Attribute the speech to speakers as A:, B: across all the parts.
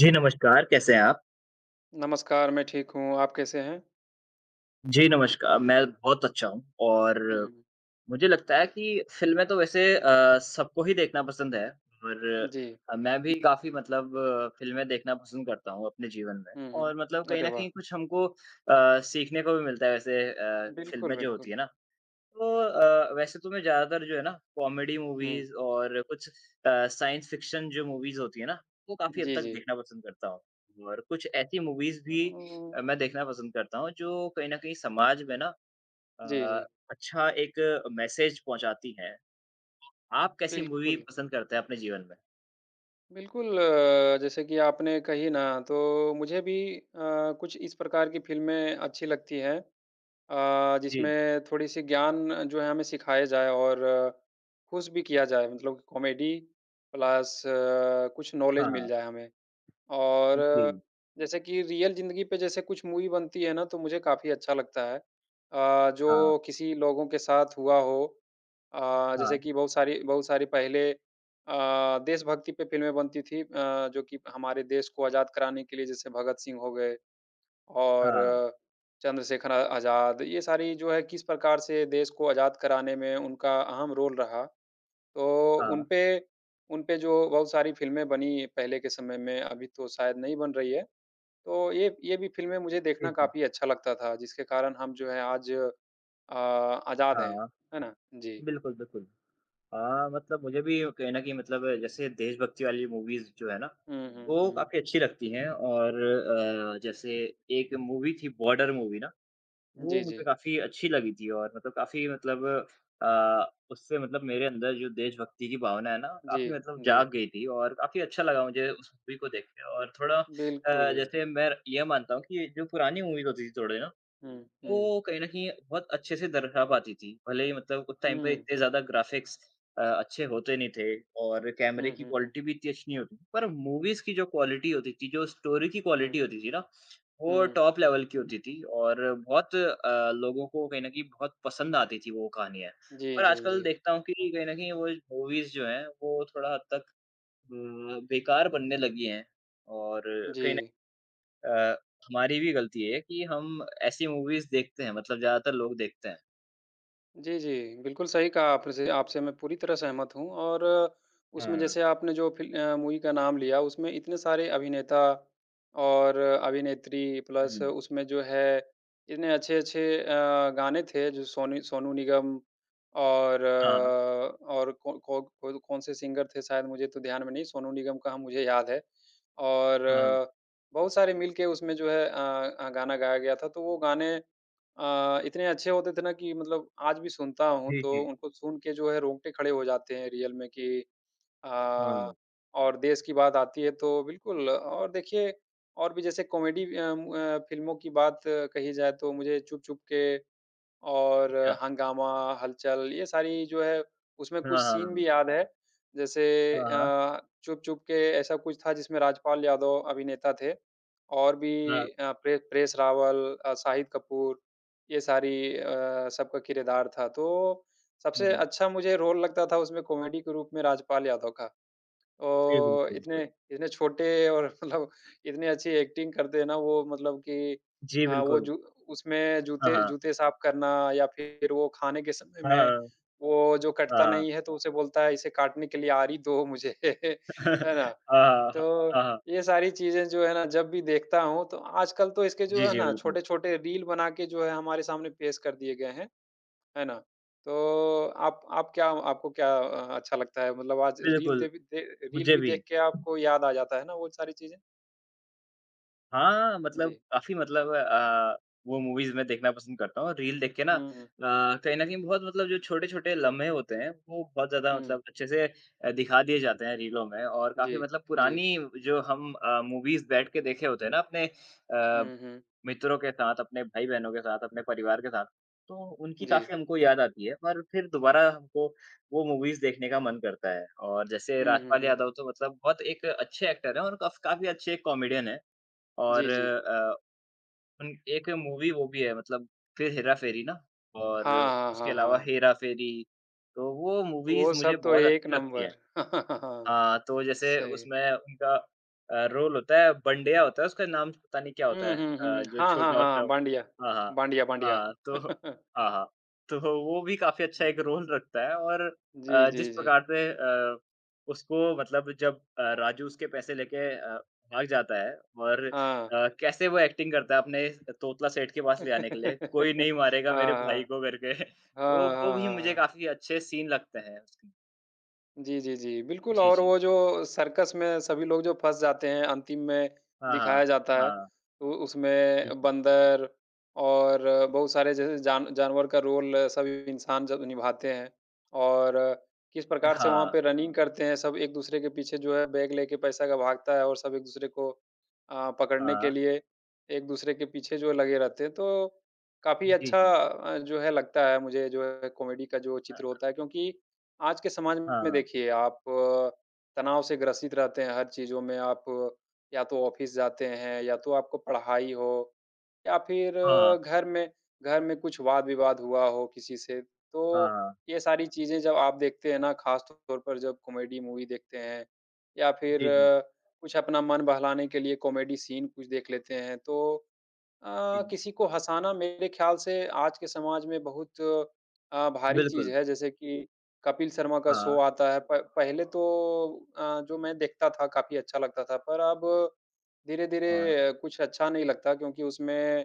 A: जी, नमस्कार, कैसे हैं आप?
B: नमस्कार, मैं ठीक हूँ, आप कैसे हैं?
A: जी, नमस्कार, मैं बहुत अच्छा हूँ और
B: हुँ,
A: मुझे लगता है कि फ़िल्में तो वैसे सबको ही देखना पसंद है और
B: जी।
A: मैं भी काफ़ी मतलब फ़िल्में देखना पसंद करता हूँ अपने जीवन में।
B: हुँ, हुँ।
A: और मतलब कहीं
B: अरे
A: न
B: वाह!
A: कहीं कुछ हमको सीखने को भी मिलता है वैसे
B: बिल्कुल,
A: फ़िल्में जो होती
B: बिल्कुल।
A: है ना। तो वैसे तो मैं ज़्यादातर जो है ना कॉमेडी
B: हुँ,
A: मूवीज़ और कुछ साइंस फ़िक्शन जो मूवीज़ होती है ना, वो काफ़ी हद
B: जी,
A: तक
B: जी।
A: देखना पसंद करता हूँ। और कुछ ऐसी मूवीज़ भी
B: अ,
A: मैं देखना पसंद करता हूँ जो कहीं न कहीं समाज में ना
B: जी,
A: अ,
B: जी।
A: अच्छा एक मैसेज पहुँचाती हैं। आप कैसी मूवी
B: बिल्कुल,
A: पसंद करते हैं अपने जीवन में?
B: बिल्कुल जैसे कि आपने कही ना तो मुझे भी कुछ इस प्रकार की फ़िल्में अच्छी लगती हैं
A: जी।
B: जिसमें थोड़ी-सी ज्ञान जो है हमें सिखाया जाए और खुश भी किया जाए मतलब कॉमेडी प्लस कुछ नॉलेज
A: हाँ,
B: मिल
A: हाँ।
B: जाए हमें। और
A: जी।
B: जैसे कि रियल ज़िंदगी पे जैसे कुछ मूवी बनती है ना, तो मुझे काफ़ी अच्छा लगता है।
A: हाँ,
B: जो किसी लोगों के साथ हुआ हो
A: हाँ,
B: जैसे कि बहुत सारी पहले देशभक्ति पे फ़िल्में बनती थी जो कि हमारे देश को आज़ाद कराने के लिए जैसे भगत सिंह हो गए और
A: हाँ,
B: चंद्रशेखर आज़ाद, ये सारी जो है किस प्रकार से देश को आज़ाद कराने में उनका अहम रोल रहा। तो
A: हाँ।
B: उनपे उनपे जो बहुत सारी फ़िल्में बनी पहले के समय में, अभी तो शायद नहीं बन रही है। तो ये भी फ़िल्में मुझे
A: जी,
B: देखना
A: जी।
B: काफ़ी अच्छा लगता था, जिसके कारण हम जो है आज आज़ाद हैं।
A: हाँ,
B: है ना? जी।
A: बिल्कुल, बिल्कुल। हाँ, मतलब मुझे भी कहीं न कहीं मतलब जैसे देशभक्ति वाली मूवीज़ जो है ना,
B: हुँ, हुँ,
A: वो
B: हुँ।
A: काफ़ी अच्छी लगती हैं। और जैसे एक मूवी थी बॉर्डर मूवी ना,
B: जी,
A: वो मुझे
B: जी।
A: काफ़ी अच्छी लगी थी और मतलब काफ़ी मतलब अ, उससे मतलब मेरे अंदर जो देशभक्ति की भावना है ना,
B: जी,
A: काफ़ी मतलब
B: जी।
A: जाग गई थी और काफ़ी अच्छा लगा मुझे उस मूवी को देख के। और थोड़ा
B: बिल्कुल।
A: जैसे मैं ये मानता हूँ कि जो पुरानी मूवीज़ होती थी थोड़े ना,
B: हुँ, हुँ।
A: वो कहीं न कहीं बहुत अच्छे से दर्शा पाती थी। भले ही मतलब उस टाइम पे
B: हुँ।
A: इतने ज़्यादा ग्राफ़िक्स अच्छे होते नहीं थे और कैमरे
B: हुँ,
A: की
B: हुँ, हुँ।
A: क्वालिटी भी इतनी अच्छी नहीं होती। पर मूवीज़ की जो क्वालिटी होती थी, जो स्टोरी की
B: हुँ,
A: क्वालिटी होती थी ना, वो
B: हुँ।
A: टॉप लेवल की होती थी और बहुत लोगों को कहीं न कहीं बहुत पसंद आती थी वो कहानियाँ।
B: जी,
A: पर
B: जी,
A: आजकल
B: जी।
A: देखता हूँ कि कहीं न कहीं वो मूवीज़ जो हैं, वो थोड़ा हद तक अ, बेकार बनने लगी हैं। और
B: जी।
A: कहीं अ, हमारी भी गलती है कि हम ऐसी मूवीज़ देखते हैं मतलब ज़्यादातर लोग देखते हैं।
B: जी, जी। बिल्कुल सही कहा आपने, से आपसे मैं पूरी तरह सहमत हूँ और उसमें
A: हाँ।
B: जैसे आपने जो मूवी का नाम लिया उसमें इतने सारे अभिनेता और अभिनेत्री प्लस
A: हुँ।
B: उसमें जो है इतने अच्छे-अच्छे गाने थे जो सोनी सोनू निगम और
A: हाँ, हाँ।
B: अ, और कौ कौ कौ कौन से सिंगर थे शायद मुझे तो ध्यान में नहीं सोनू निगम का हम मुझे याद है। और
A: हाँ, हाँ।
B: बहुत सारे मिलके उसमें जो है गाना गाया गया था तो वो गाने इतने अच्छे होते थे ना कि मतलब आज भी सुनता हूँ,
A: जी,
B: तो
A: जी।
B: उनको सुन के जो है रोंगटे खड़े हो जाते हैं रियल में कि अ,
A: हाँ।
B: और देश की बात आती है तो बिल्कुल और देखिए और भी जैसे कॉमेडी फ़िल्मों की बात कही जाए तो मुझे चुप चुप के और
A: अच्छा।
B: हंगामा, हलचल ये सारी जो है उसमें
A: हाँ,
B: कुछ
A: हाँ,
B: सीन
A: हाँ।
B: भी याद है। जैसे
A: हाँ, हाँ।
B: चुप चुप के ऐसा कुछ था जिसमें राजपाल यादव अभिनेता थे और भी
A: हाँ।
B: प्रेस रावल शाहिद कपूर ये सारी सबका किरदार था। तो सबसे
A: हाँ।
B: अच्छा मुझे रोल लगता था उसमें कॉमेडी के रूप में राजपाल यादव का।
A: जी,
B: और
A: बिल्कुल, बिल्कुल।
B: इतने इतने छोटे और मतलब इतनी अच्छी एक्टिंग करते हैं ना वो मतलब कि
A: जी,
B: अ, वो
A: बिल्कुल।
B: जू उसमें
A: हाँ,
B: जूते
A: हाँ।
B: जूते साफ करना या फिर वो खाने के समय
A: हाँ,
B: में
A: हाँ।
B: वो जो
A: हाँ,
B: कटता
A: हाँ।
B: नहीं है तो उसे बोलता है इसे काटने के लिए आरी दो मुझे
A: हाँ, हाँ।
B: है ना?
A: हाँ, हाँ। हाँ,
B: तो
A: हाँ।
B: ये सारी चीज़ें जो है ना जब भी देखता हूँ तो आजकल तो इसके जो
A: जी,
B: है
A: जी,
B: ना
A: बिल्कुल।
B: छोटे-छोटे रील बना के जो है हमारे सामने पेश कर दिए गए हैं। है ना? तो आप क्या आपको क्या अच्छा लगता है? मतलब आज
A: बिल्कुल,
B: रील
A: मुझे
B: भी
A: भी।
B: देख के आपको याद आ जाता है ना वो सारी चीज़ें?
A: हाँ, मतलब
B: जी।
A: काफ़ी मतलब वो मूवीज़ मैं देखना पसंद करता हूँ। रील देख के ना
B: हुँ, हुँ।
A: कहीं न कहीं बहुत मतलब जो छोटे-छोटे लम्हे होते हैं, वो बहुत ज़्यादा
B: हुँ।
A: मतलब अच्छे से दिखा दिए जाते हैं रीलों में। और
B: जी,
A: काफ़ी मतलब
B: जी।
A: पुरानी जो हम मूवीज़ बैठ के देखे होते हैं ना अपने अ,
B: हुँ, हुँ।
A: मित्रों के साथ, अपने भाई-बहनों के साथ, अपने परिवार के साथ, तो उनकी
B: जी।
A: काफ़ी हमको याद आती है और फिर दोबारा हमको वो मूवीज़ देखने का मन करता है। और जैसे
B: हुँ, हुँ,
A: राजपाल
B: हुँ।
A: यादव तो मतलब बहुत एक अच्छे एक्टर हैं और काफ़ी अच्छे कॉमेडियन हैं।
B: जी,
A: और
B: जी।
A: उन एक मूवी वो भी है मतलब फिर हेरा-फेरी ना और
B: हाँ, हाँ,
A: उसके
B: हाँ,
A: अलावा
B: हाँ।
A: हेरा-फेरी, तो वो
B: वो
A: मूवीज़ मुझे
B: सब तो
A: बहुत
B: एक
A: अच्छी लगती हैं।
B: नंबर। हाँ,
A: हाँ, तो जैसे
B: सही।
A: उसमें उनका रोल होता है, बंडेया होता है उसका नाम पता नहीं क्या होता
B: हुँ,
A: है
B: हुँ, हुँ।
A: जो
B: हाँ, हाँ,
A: छोटा होता
B: हाँ।
A: है।
B: बांडिया,
A: हाँ, हाँ।
B: बांडिया, बांडिया।
A: हाँ, तो हाँ, हाँ। तो वो भी काफ़ी अच्छा
B: हुँ।
A: एक रोल रखता है। और
B: जी,
A: जिस
B: जी, जी।
A: प्रकार से उसको मतलब जब राजू उसके पैसे लेके भाग जाता है और
B: हाँ।
A: कैसे वो एक्टिंग करता है अपने तोतला सेठ के पास ले आने के लिए, कोई नहीं
B: हाँ, हाँ।
A: मारेगा मेरे भाई
B: हाँ,
A: को करके। तो
B: हाँ,
A: वो भी
B: हाँ,
A: मुझे
B: हाँ।
A: काफ़ी अच्छे सीन लगते हैं उसके।
B: जी, जी, जी। बिल्कुल
A: जी,
B: और वो
A: जी।
B: जो सर्कस में सभी लोग जो फँस जाते हैं, अंतिम में
A: हाँ, हाँ।
B: दिखाया जाता है,
A: हाँ।
B: तो
A: जी,
B: उसमें
A: जी।
B: बंदर और बहुत सारे जैसे जानवर का रोल सभी इंसान जब निभाते हैं और किस प्रकार से वहाँ
A: हाँ,
B: पे रनिंग करते हैं, सब एक-दूसरे के पीछे जो है बैग लेके पैसा का भागता है और सब एक-दूसरे को पकड़ने के
A: हाँ।
B: लिए एक-दूसरे के पीछे जो लगे रहते हैं। तो काफ़ी
A: जी,
B: अच्छा
A: जी।
B: जो है लगता है मुझे जो है कॉमेडी का जो चित्र
A: अ,
B: होता है क्योंकि आज के समाज में
A: हाँ,
B: देखिए आप तनाव से ग्रसित रहते हैं हर चीज़ों में आप या तो ऑफिस जाते हैं या तो आपको पढ़ाई हो या फिर
A: हाँ,
B: घर में कुछ वाद-विवाद हुआ हो किसी से। तो
A: हाँ।
B: ये सारी चीज़ें जब आप देखते हैं ना ख़ास तौर पर जब कॉमेडी मूवी देखते हैं या फिर
A: जी, जी,
B: कुछ अपना मन बहलाने के लिए कॉमेडी सीन कुछ देख लेते हैं तो
A: जी, जी।
B: किसी को हँसाना मेरे ख़्याल से आज के समाज में बहुत भारी चीज़
A: बिल्कुल।
B: है, जैसे कि कपिल शर्मा का शो
A: हाँ,
B: आता है। प पहले तो जो मैं देखता था काफ़ी अच्छा लगता था, पर अब
A: हाँ।
B: धीरे-धीरे कुछ अच्छा नहीं लगता क्योंकि उसमें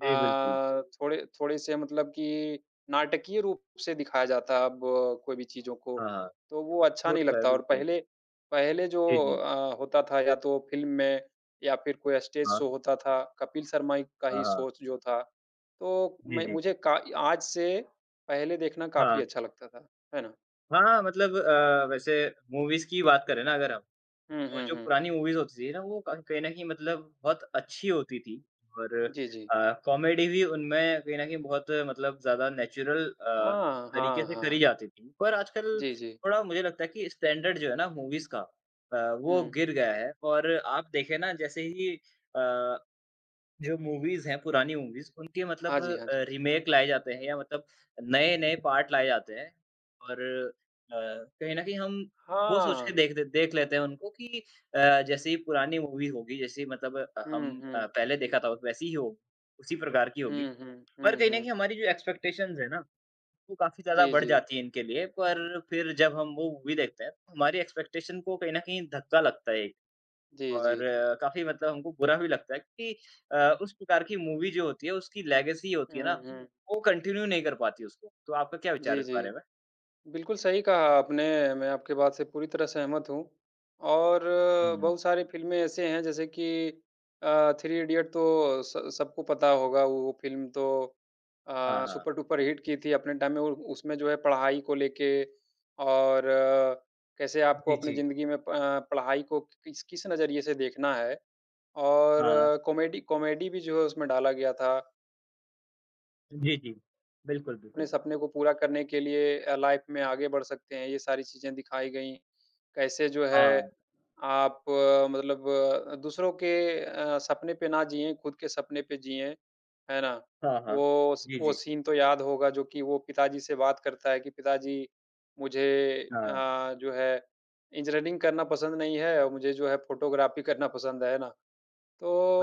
A: जी, बिल्कुल।
B: थोड़े थोड़े-से मतलब कि नाटकीय रूप से दिखाया जाता है अब कोई भी चीज़ों को,
A: हाँ, हाँ।
B: तो वो अच्छा
A: वो
B: नहीं
A: तो है
B: लगता और
A: बिल्कुल।
B: पहले पहले जो
A: जी, जी।
B: होता था या तो फ़िल्म में या फिर कोई स्टेज
A: हाँ,
B: शो होता था, कपिल शर्मा ही का
A: हाँ,
B: ही
A: हाँ।
B: शो जो था, तो
A: जी,
B: मैं
A: जी।
B: मुझे का आज से पहले देखना काफ़ी
A: हाँ।
B: अच्छा लगता था, है ना?
A: हाँ, मतलब वैसे मूवीज़ की बात करें ना अगर हम।
B: हुँ,
A: और
B: हुँ,
A: जो
B: हुँ।
A: पुरानी मूवीज़ होती थी ना, वो क कहीं न कहीं मतलब बहुत अच्छी होती थी। और
B: जी, जी।
A: कॉमेडी भी उनमें कहीं न कहीं बहुत मतलब ज़्यादा नेचुरल
B: हाँ,
A: तरीके
B: हाँ,
A: से करी
B: हाँ।
A: जाती थी। पर आजकल
B: जी, जी।
A: थोड़ा मुझे लगता है कि स्टैंडर्ड जो है ना मूवीज़ का वो
B: हुँ।
A: गिर गया है। और आप देखें ना जैसे ही अ जो मूवीज़ हैं, पुरानी मूवीज़, उनके
B: हाँ
A: मतलब
B: जी, हाँ जी।
A: रीमेक लाए जाते हैं या मतलब नए-नए पार्ट लाए जाते हैं। और कहीं न कहीं हम वो सोच के
B: हाँ।
A: देख लेते हैं उनको कि जैसे ही पुरानी मूवी होगी, जैसे मतलब
B: हुँ,
A: हम
B: हुँ।
A: पहले देखा था वैसी ही होगी, उसी प्रकार की होगी।
B: हुँ, हुँ।
A: पर
B: हुँ,
A: कहीं न कहीं
B: हुँ।
A: हमारी जो एक्सपेक्टेशंस है ना, वो काफ़ी ज़्यादा
B: जी,
A: बढ़
B: जी।
A: जाती है इनके लिए, पर फिर जब हम वो मूवी देखते हैं, तो हमारी एक्सपेक्टेशन को कहीं न कहीं धक्का लगता है।
B: जी,
A: और
B: जी, जी।
A: काफ़ी मतलब हमको बुरा भी लगता है कि उस प्रकार की मूवी जो होती है, उसकी लेगेसी होती है ना,
B: हुँ, हुँ।
A: वो कंटिन्यू नहीं कर पाती उसको। तो आपका क्या विचार है
B: जी,
A: इस बारे
B: जी।
A: में?
B: बिल्कुल सही कहा आपने, मैं आपकी बात से पूरी तरह सहमत हूँ और
A: हुँ।
B: बहुत सारी फ़िल्में ऐसे हैं जैसे कि थ्री इडियट तो स सबको पता होगा वो फ़िल्म तो
A: हाँ, हाँ।
B: सुपर डुपर हिट की थी अपने टाइम में उ उसमें जो है पढ़ाई को लेके और कैसे आपको
A: जी,
B: अपनी
A: जी।
B: ज़िंदगी में पढ़ाई को किस किस नज़रिए से देखना है
A: हाँ।
B: और कॉमेडी कॉमेडी भी जो है उसमें डाला गया था।
A: जी, जी। बिल्कुल,
B: अपने
A: बिल्कुल।
B: सपने को पूरा करने के लिए लाइफ में आगे बढ़ सकते हैं, ये सारी चीज़ें दिखाई गई। कैसे जो है
A: हाँ।
B: आप मतलब दूसरों के सपने पे ना जिएँ, खुद के सपने पे जिएँ, है ना?
A: हाँ, हाँ। जी,
B: वो
A: जी।
B: सीन तो याद होगा जो कि वो पिताजी से बात करता है कि पिताजी मुझे
A: हाँ।
B: जो है इंजीनियरिंग करना पसंद नहीं है और मुझे जो है फ़ोटोग्राफ़ी करना पसंद है ना?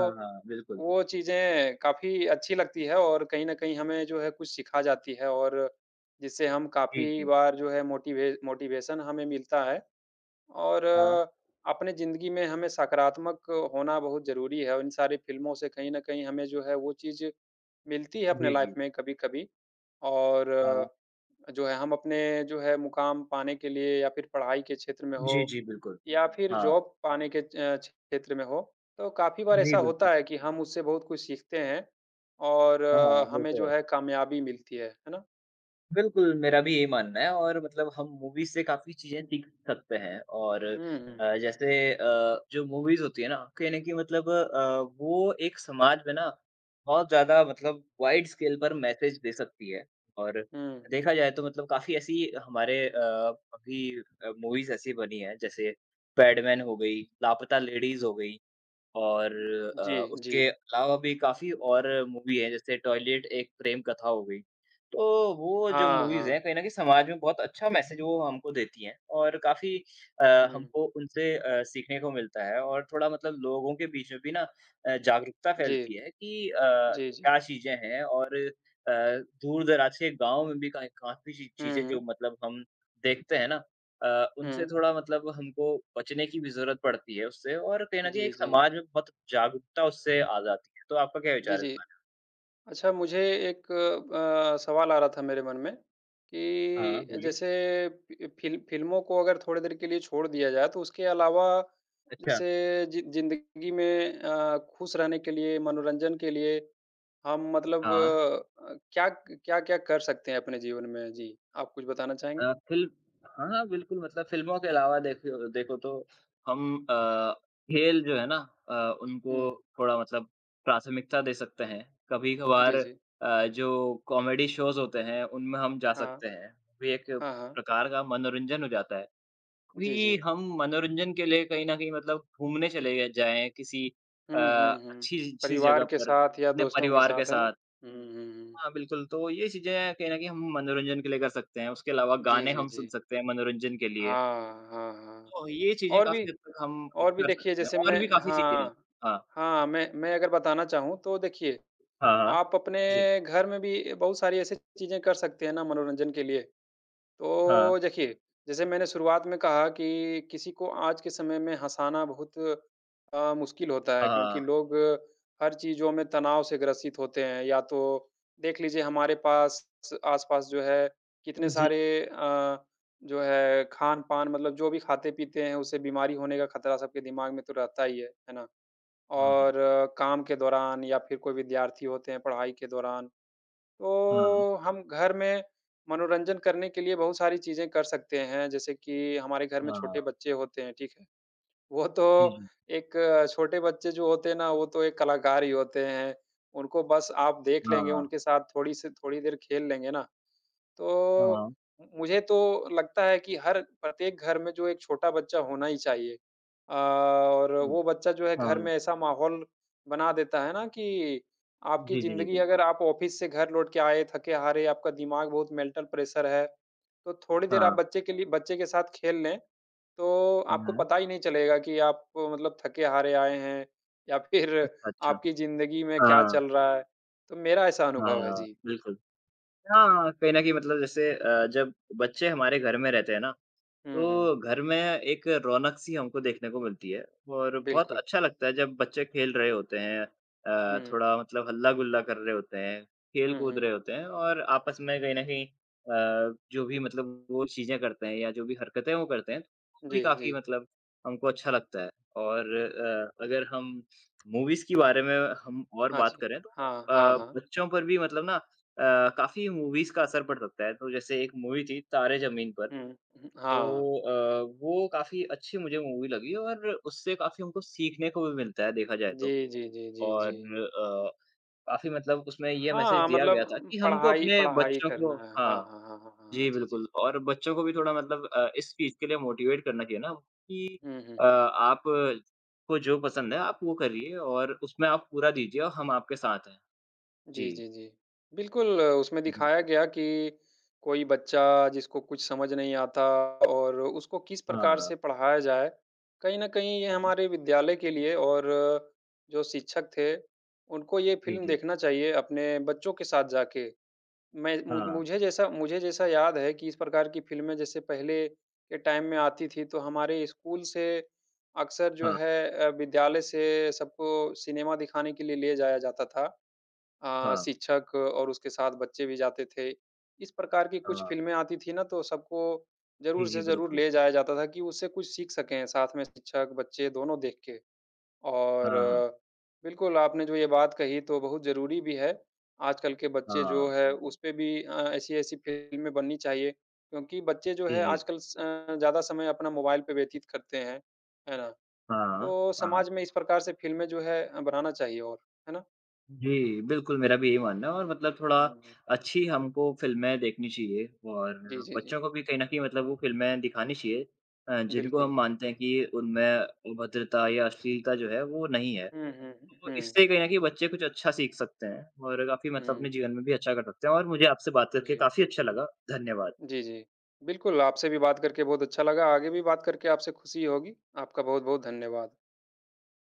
A: हाँ, हाँ, बिल्कुल।
B: वो चीज़ें काफ़ी अच्छी लगती है और कहीं न कहीं हमें जो है कुछ सिखा जाती है और जिससे हम
A: जी,
B: काफ़ी
A: जी।
B: बार जो है मोटिवेशन हमें मिलता है और
A: हाँ।
B: अपने ज़िंदगी में हमें सकारात्मक होना बहुत ज़रूरी है और इन सारी फ़िल्मों से कहीं न कहीं हमें जो है वो चीज़ मिलती है अपने
A: जी,
B: लाइफ
A: जी।
B: में कभी-कभी और
A: हाँ।
B: जो है हम अपने जो है मुकाम पाने के लिए या फिर पढ़ाई के क्षेत्र में हो
A: जी, जी, बिल्कुल।
B: या फिर
A: हाँ।
B: जॉब पाने के क्षेत्र में हो, तो काफ़ी बार
A: जी,
B: ऐसा
A: बिल्कुल।
B: होता है कि हम उससे बहुत कुछ सीखते हैं और
A: हाँ, हाँ, वो
B: हमें
A: तो
B: जो
A: है।
B: है कामयाबी मिलती है ना?
A: बिल्कुल, मेरा भी यही मानना है। और मतलब हम मूवीज़ से काफ़ी चीज़ें सीख सकते हैं। और
B: हुँ, हुँ।
A: जैसे जो मूवीज़ होती है ना, कहीं न कहीं मतलब वो एक समाज में ना बहुत ज़्यादा मतलब वाइड स्केल पर मैसेज दे सकती है। और
B: हुँ।
A: देखा जाए तो मतलब काफ़ी ऐसी हमारे अभी मूवीज़ ऐसी बनी हैं, जैसे पैडमैन हो गई, लापता लेडीज़ हो गई। और अ,
B: जी, जी।
A: उसके अलावा भी काफ़ी और मूवी हैं, जैसे टॉयलेट एक प्रेम कथा हो गई। तो वो जो
B: हाँ,
A: मूवीज़ हैं,
B: हाँ।
A: कहीं न कहीं समाज में बहुत अच्छा मैसेज वो हमको देती हैं। और काफ़ी अ,
B: हुँ।
A: हमको उनसे सीखने को मिलता है। और थोड़ा मतलब लोगों के बीच में भी ना जागरूकता
B: जी।
A: फैलती है कि
B: जी, जी।
A: क्या चीज़ें हैं। और दूर-दराज के गाँव में भी का काफ़ी ची
B: हुँ,
A: चीज़ें जो
B: हुँ।
A: मतलब हम देखते हैं ना, उनसे
B: हुँ।
A: थोड़ा मतलब हमको बचने की भी ज़रूरत पड़ती है उससे। और कहीं न कहीं
B: जी,
A: एक
B: जी।
A: समाज में बहुत जागरूकता उससे आ जाती है। तो आपका क्या
B: जी,
A: विचार है इस
B: जी।
A: बारे
B: अच्छा, मुझे एक सवाल आ रहा था मेरे मन में
A: में? हाँ,
B: कि
A: बोलिए। में?
B: जैसे फ़िल्मों को अगर थोड़ी देर के लिए छोड़ दिया जाए, तो उसके अलावा
A: अच्छा।
B: जैसे जि ज़िंदगी में खुश रहने के लिए, मनोरंजन के लिए हम मतलब
A: हाँ।
B: क्या-क्या कर सकते हैं अपने जीवन में? जी, आप कुछ बताना चाहेंगे?
A: अ, फिल्म हाँ, हाँ, बिल्कुल मतलब फ़िल्मों के अलावा देखियो देखो तो हम खेल जो है ना अ, उनको
B: हुँ।
A: थोड़ा मतलब प्राथमिकता दे सकते हैं। कभी-कभार
B: जी, जी।
A: जो कॉमेडी शोज़ होते हैं, उनमें हम जा
B: हाँ।
A: सकते हैं। भी एक
B: हाँ, हाँ।
A: प्रकार का मनोरंजन हो जाता है।
B: जी,
A: भी
B: जी।
A: हम मनोरंजन के लिए कहीं न कहीं मतलब घूमने चले गए जाएँ किसी
B: हुँ, हुँ, हुँ।
A: अच्छी-सी
B: परिवार
A: जगह
B: के
A: पर,
B: साथ या
A: अपने
B: दोस्तों के
A: परिवार के
B: साथ, है ना?
A: साथ।
B: हुँ, हुँ, हुँ।
A: हाँ, बिल्कुल, तो ये चीज़ें कहीं न कहीं हम मनोरंजन के लिए कर सकते हैं। उसके अलावा
B: जी,
A: गाने
B: जी,
A: हम
B: जी।
A: सुन सकते हैं मनोरंजन के लिए।
B: हाँ, हाँ, हाँ।
A: तो ये चीज़ें
B: और भी
A: काफ़ी हद तक हम
B: और भी
A: कर
B: देखिए
A: सकते हैं
B: जैसे
A: और
B: मैं
A: भी काफ़ी चीज़ें हैं।
B: हाँ।
A: हाँ,
B: हाँ, मैं अगर बताना चाहूँ तो देखिए,
A: हाँ, हाँ।
B: आप अपने
A: जी,
B: घर में भी बहुत सारी ऐसी चीज़ें कर सकते हैं ना मनोरंजन के लिए।
A: हाँ,
B: तो देखिए, जैसे मैंने शुरुआत में कहा कि किसी को आज के समय में हँसाना बहुत मुश्किल होता है
A: हाँ,
B: क्योंकि लोग हर चीज़ों में तनाव से ग्रसित होते हैं। या तो देख लीजिए हमारे पास आस-पास जो है कितने
A: जी।
B: सारे जो है खान-पान मतलब जो भी खाते-पीते हैं उससे बीमारी होने का खतरा सबके दिमाग में तो रहता ही है ना?
A: हाँ, हाँ,
B: और काम के दौरान या फिर कोई विद्यार्थी होते हैं पढ़ाई के दौरान
A: हाँ,
B: तो हम घर में मनोरंजन करने के लिए बहुत सारी चीज़ें कर सकते हैं, जैसे कि हमारे घर में
A: हाँ,
B: छोटे बच्चे होते हैं, ठीक है? वो तो
A: जी, जी।
B: एक छोटे बच्चे जो होते हैं ना, वो तो एक कलाकार ही होते हैं। उनको बस आप देख
A: हाँ,
B: लेंगे,
A: हाँ,
B: उनके साथ थोड़ी देर खेल लेंगे ना, तो मुझे तो लगता है कि हर प्रत्येक घर में जो एक छोटा बच्चा होना ही चाहिए। और
A: जी,
B: वो बच्चा जो है
A: हाँ।
B: घर
A: हाँ,
B: में ऐसा माहौल बना देता है ना कि आपकी
A: जी, जी, जी,
B: ज़िंदगी
A: बिल्कुल।
B: अगर आप ऑफ़िस से घर लौट के आए, थके-हारे, आपका दिमाग बहुत मेंटल प्रेशर है, तो थोड़ी देर आप
A: हाँ,
B: बच्चे के साथ खेल लें, तो आपको
A: हाँ।
B: पता ही नहीं चलेगा कि आप मतलब थके-हारे आए हैं या फिर
A: अच्छा, अच्छा।
B: आपकी ज़िंदगी में क्या
A: हाँ।
B: चल रहा है। तो मेरा ऐसा अनुभव है।
A: हाँ,
B: जी।
A: बिल्कुल। हाँ, कहीं न कहीं मतलब जैसे जब बच्चे हमारे घर में रहते हैं ना,
B: हुँ, हुँ।
A: तो घर में एक रौनक-सी हमको देखने को मिलती है। और बहुत
B: बिल्कुल।
A: अच्छा लगता है जब बच्चे खेल रहे होते हैं
B: हुँ।
A: थोड़ा मतलब हल्ला-गुल्ला कर रहे होते हैं,
B: हुँ,
A: खेल-कूद
B: हुँ।
A: रहे होते हैं। और आपस में कहीं न कहीं जो भी मतलब वो चीज़ें करते हैं या जो भी हरकतें वो करते हैं, वो भी
B: जी, जी।
A: काफ़ी मतलब हमको अच्छा लगता है। और अगर हम मूवीज़ के बारे में हम और
B: हाँ
A: बात
B: जी।
A: करें तो
B: हाँ, हाँ, हाँ।
A: बच्चों पर भी मतलब ना काफ़ी मूवीज़ का असर पड़ सकता है। तो जैसे एक मूवी थी तारे ज़मीन पर।
B: हुँ, हुँ,
A: तो
B: हाँ।
A: वो काफ़ी अच्छी मुझे मूवी लगी और उससे काफ़ी हमको सीखने को भी मिलता है देखा जाए
B: जी,
A: तो।
B: जी, जी, जी,
A: और
B: जी।
A: काफ़ी मतलब उसमें ये मैसेज
B: हाँ,
A: दिया गया था
B: मतलब
A: कि हमको
B: पढ़ाई
A: अपने
B: पढ़ाई
A: बच्चों
B: करना
A: को
B: है। हाँ,
A: हाँ,
B: हाँ, हाँ, हाँ, हाँ, हाँ।
A: जी
B: जी, जी, जी।
A: बिल्कुल। और बच्चों को भी थोड़ा मतलब इस चीज़ के लिए मोटिवेट करना चाहिए ना कि
B: हुँ, हुँ, हुँ।
A: आप को जो पसंद है आप वो करिए और उसमें आप पूरा दीजिए और हम आपके साथ हैं। जी।
B: जी, जी, जी। बिल्कुल, उसमें दिखाया
A: बिल्कुल।
B: गया कि कोई बच्चा जिसको कुछ समझ नहीं आता और उसको किस प्रकार
A: हाँ,
B: से पढ़ाया जाए। कहीं न कहीं ये
A: हाँ।
B: हमारे विद्यालय के लिए और जो शिक्षक थे, उनको ये
A: जी,
B: फ़िल्म
A: जी।
B: देखना चाहिए अपने बच्चों के साथ जाके। मैं मुझ
A: हाँ,
B: मुझे जैसा याद है कि इस प्रकार की फ़िल्में जैसे पहले के टाइम में आती थी, तो हमारे स्कूल से अक्सर जो
A: हाँ,
B: है विद्यालय से सबको सिनेमा दिखाने के लिए ले जाया जाता था।
A: हाँ,
B: शिक्षक और उसके साथ बच्चे भी जाते थे। इस प्रकार की कुछ
A: हाँ।
B: फ़िल्में आती थी ना, तो सबको
A: जी,
B: ज़रूर
A: जी,
B: से ज़रूर
A: बिल्कुल।
B: ले जाया जाता था कि उससे कुछ सीख सकें, साथ में शिक्षक, बच्चे दोनों देख के। और
A: हाँ, हाँ,
B: बिल्कुल, आपने जो ये बात कही तो बहुत ज़रूरी भी है। आजकल के बच्चे जो
A: हाँ।
B: है हुँ। उस पे भी ऐसी-ऐसी फ़िल्में बननी चाहिए क्योंकि बच्चे जो
A: जी,
B: है
A: जी।
B: आजकल ज़्यादा समय अपना मोबाइल पे व्यतीत करते हैं, है ना?
A: हाँ,
B: तो
A: हाँ।
B: समाज में इस प्रकार से फ़िल्में जो है बनाना चाहिए और, है ना?
A: जी, बिल्कुल मेरा भी यही मानना है। और मतलब थोड़ा
B: हुँ, हुँ।
A: अच्छी हमको फ़िल्में देखनी चाहिए। और
B: जी, जी, जी।
A: बच्चों को भी कहीं न कहीं मतलब वो फ़िल्में दिखानी चाहिए जिनको
B: बिल्कुल।
A: हम मानते हैं कि उनमें अभद्रता या अश्लीलता जो है वो नहीं है।
B: हुँ, हुँ,
A: तो
B: हुँ,
A: इससे कहीं न कहीं बच्चे कुछ अच्छा सीख सकते हैं। और काफ़ी मतलब अपने
B: हुँ,
A: जीवन में भी अच्छा कर सकते हैं। और मुझे आपसे बात करके
B: जी।
A: काफ़ी अच्छा लगा। धन्यवाद।
B: जी, जी। बिल्कुल, आपसे भी बात करके बहुत अच्छा लगा। आगे भी बात करके आपसे खुशी होगी। आपका बहुत-बहुत धन्यवाद।